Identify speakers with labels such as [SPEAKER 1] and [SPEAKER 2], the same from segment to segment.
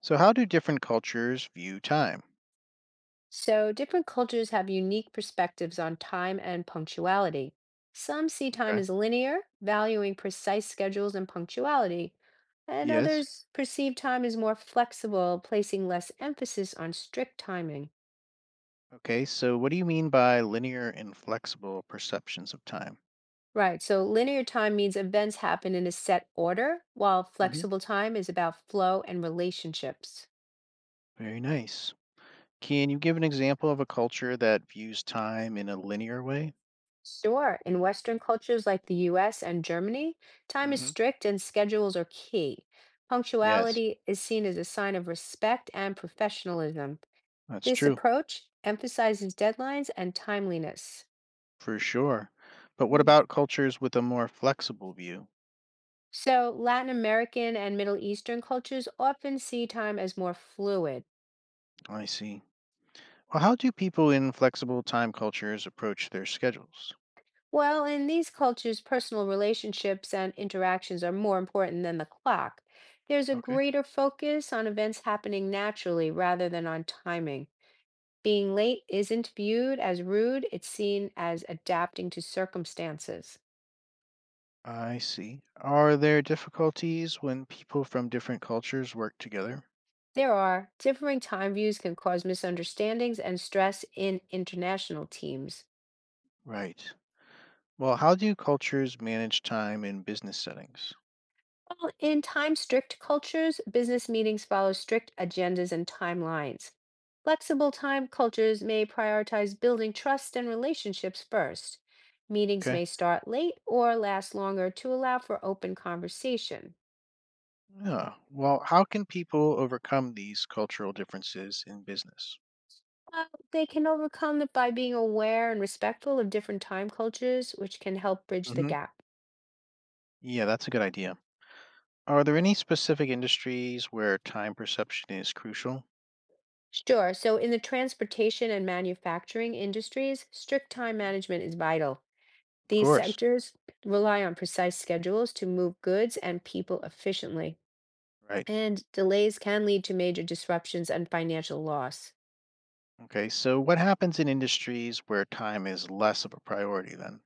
[SPEAKER 1] So, how do different cultures view time?
[SPEAKER 2] So, different cultures have unique perspectives on time and punctuality. Some see time
[SPEAKER 1] Okay.
[SPEAKER 2] as linear, valuing precise schedules and punctuality, and
[SPEAKER 1] Yes.
[SPEAKER 2] others perceive time as more flexible, placing less emphasis on strict timing.
[SPEAKER 1] Okay, so what do you mean by linear and flexible perceptions of time?
[SPEAKER 2] Right, so linear time means events happen in a set order, while
[SPEAKER 1] Hmm.
[SPEAKER 2] flexible time is about flow and relationships.
[SPEAKER 1] Very nice. Can you give an example of a culture that views time in a linear way?
[SPEAKER 2] Sure. In Western cultures like the US and Germany, time is
[SPEAKER 1] Hmm.
[SPEAKER 2] strict and schedules are key.
[SPEAKER 1] Yes,
[SPEAKER 2] Punctuality is seen as a sign of respect and professionalism.
[SPEAKER 1] that's
[SPEAKER 2] This
[SPEAKER 1] true,
[SPEAKER 2] approach emphasizes deadlines and timeliness.
[SPEAKER 1] for sure. But what
[SPEAKER 2] Mm.
[SPEAKER 1] about cultures with a more flexible view?
[SPEAKER 2] So, Latin American and Middle Eastern cultures often see time as more fluid.
[SPEAKER 1] I see. Well, how do people in flexible time cultures approach their schedules?
[SPEAKER 2] Well, in these cultures, personal relationships and interactions are more important than the clock. There's a
[SPEAKER 1] Okay.
[SPEAKER 2] greater focus on events happening naturally rather than on timing. Being late isn't viewed as rude, it's seen as adapting to circumstances.
[SPEAKER 1] I see. Are there difficulties when people from different cultures work together?
[SPEAKER 2] There are differing time views can cause misunderstandings and stress in international teams.
[SPEAKER 1] Right. Well, how do cultures manage time in business settings?
[SPEAKER 2] While in time strict cultures, business meetings follow strict agendas and timelines. Flexible time cultures may prioritize building trust and relationships first. Meetings
[SPEAKER 1] Okay.
[SPEAKER 2] may start late or last longer to allow for open conversation.
[SPEAKER 1] Yeah. Well, how can people overcome these cultural differences in business?
[SPEAKER 2] Uh, They can overcome it by being aware and respectful of different time cultures, which can help bridge the
[SPEAKER 1] Hmm.
[SPEAKER 2] gap.
[SPEAKER 1] Yeah, that's a good idea. Are there any specific industries where time perception is crucial?
[SPEAKER 2] Sure. So, in the transportation and manufacturing industries, strict time
[SPEAKER 1] Hmm.
[SPEAKER 2] management is vital.
[SPEAKER 1] Of
[SPEAKER 2] These
[SPEAKER 1] course.
[SPEAKER 2] sectors rely on precise schedules to move goods and people efficiently,
[SPEAKER 1] Right.
[SPEAKER 2] and delays can lead to major disruptions and financial loss.
[SPEAKER 1] Okay. So, what happens in industries where time is less of a priority then?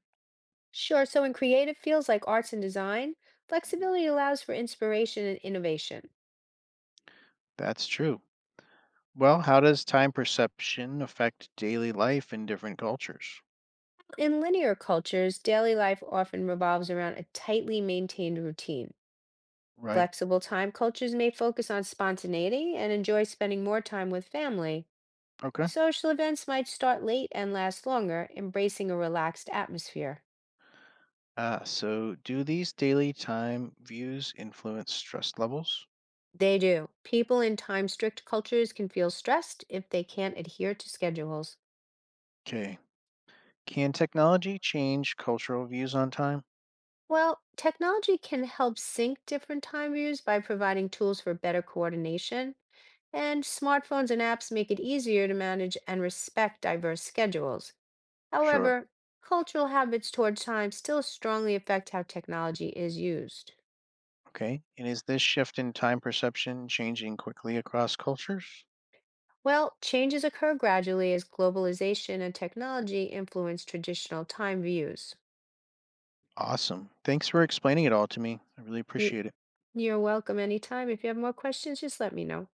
[SPEAKER 2] Sure. So, in creative fields like arts and design,
[SPEAKER 1] Mhm.
[SPEAKER 2] flexibility allows for inspiration and innovation.
[SPEAKER 1] That's true. Well, how does time perception affect daily life in different cultures?
[SPEAKER 2] In linear cultures, daily life often revolves around a tightly maintained routine.
[SPEAKER 1] Right.
[SPEAKER 2] Flexible time cultures may focus on spontaneity and enjoy spending more time with family.
[SPEAKER 1] Okay.
[SPEAKER 2] Social events might start late and last longer, embracing a relaxed atmosphere.
[SPEAKER 1] Ah, so do these daily time views influence stress levels?
[SPEAKER 2] They do. People in time strict cultures can feel stressed if they can't adhere to schedules.
[SPEAKER 1] Okay. Can technology change cultural views on time?
[SPEAKER 2] Well, technology can help sync different time views by providing tools for better coordination, and smartphones and apps make it easier to manage and respect diverse schedules.
[SPEAKER 1] Sure.
[SPEAKER 2] However, cultural habits toward time still strongly affect how technology is used.
[SPEAKER 1] Okay. And is this shift in time perception changing quickly across cultures?
[SPEAKER 2] Well, changes occur gradually as globalization and technology influence traditional time views.
[SPEAKER 1] Awesome. Thanks for explaining it all to me. I really
[SPEAKER 2] You,
[SPEAKER 1] appreciate it.
[SPEAKER 2] you're welcome anytime. If you have more questions, just let me know.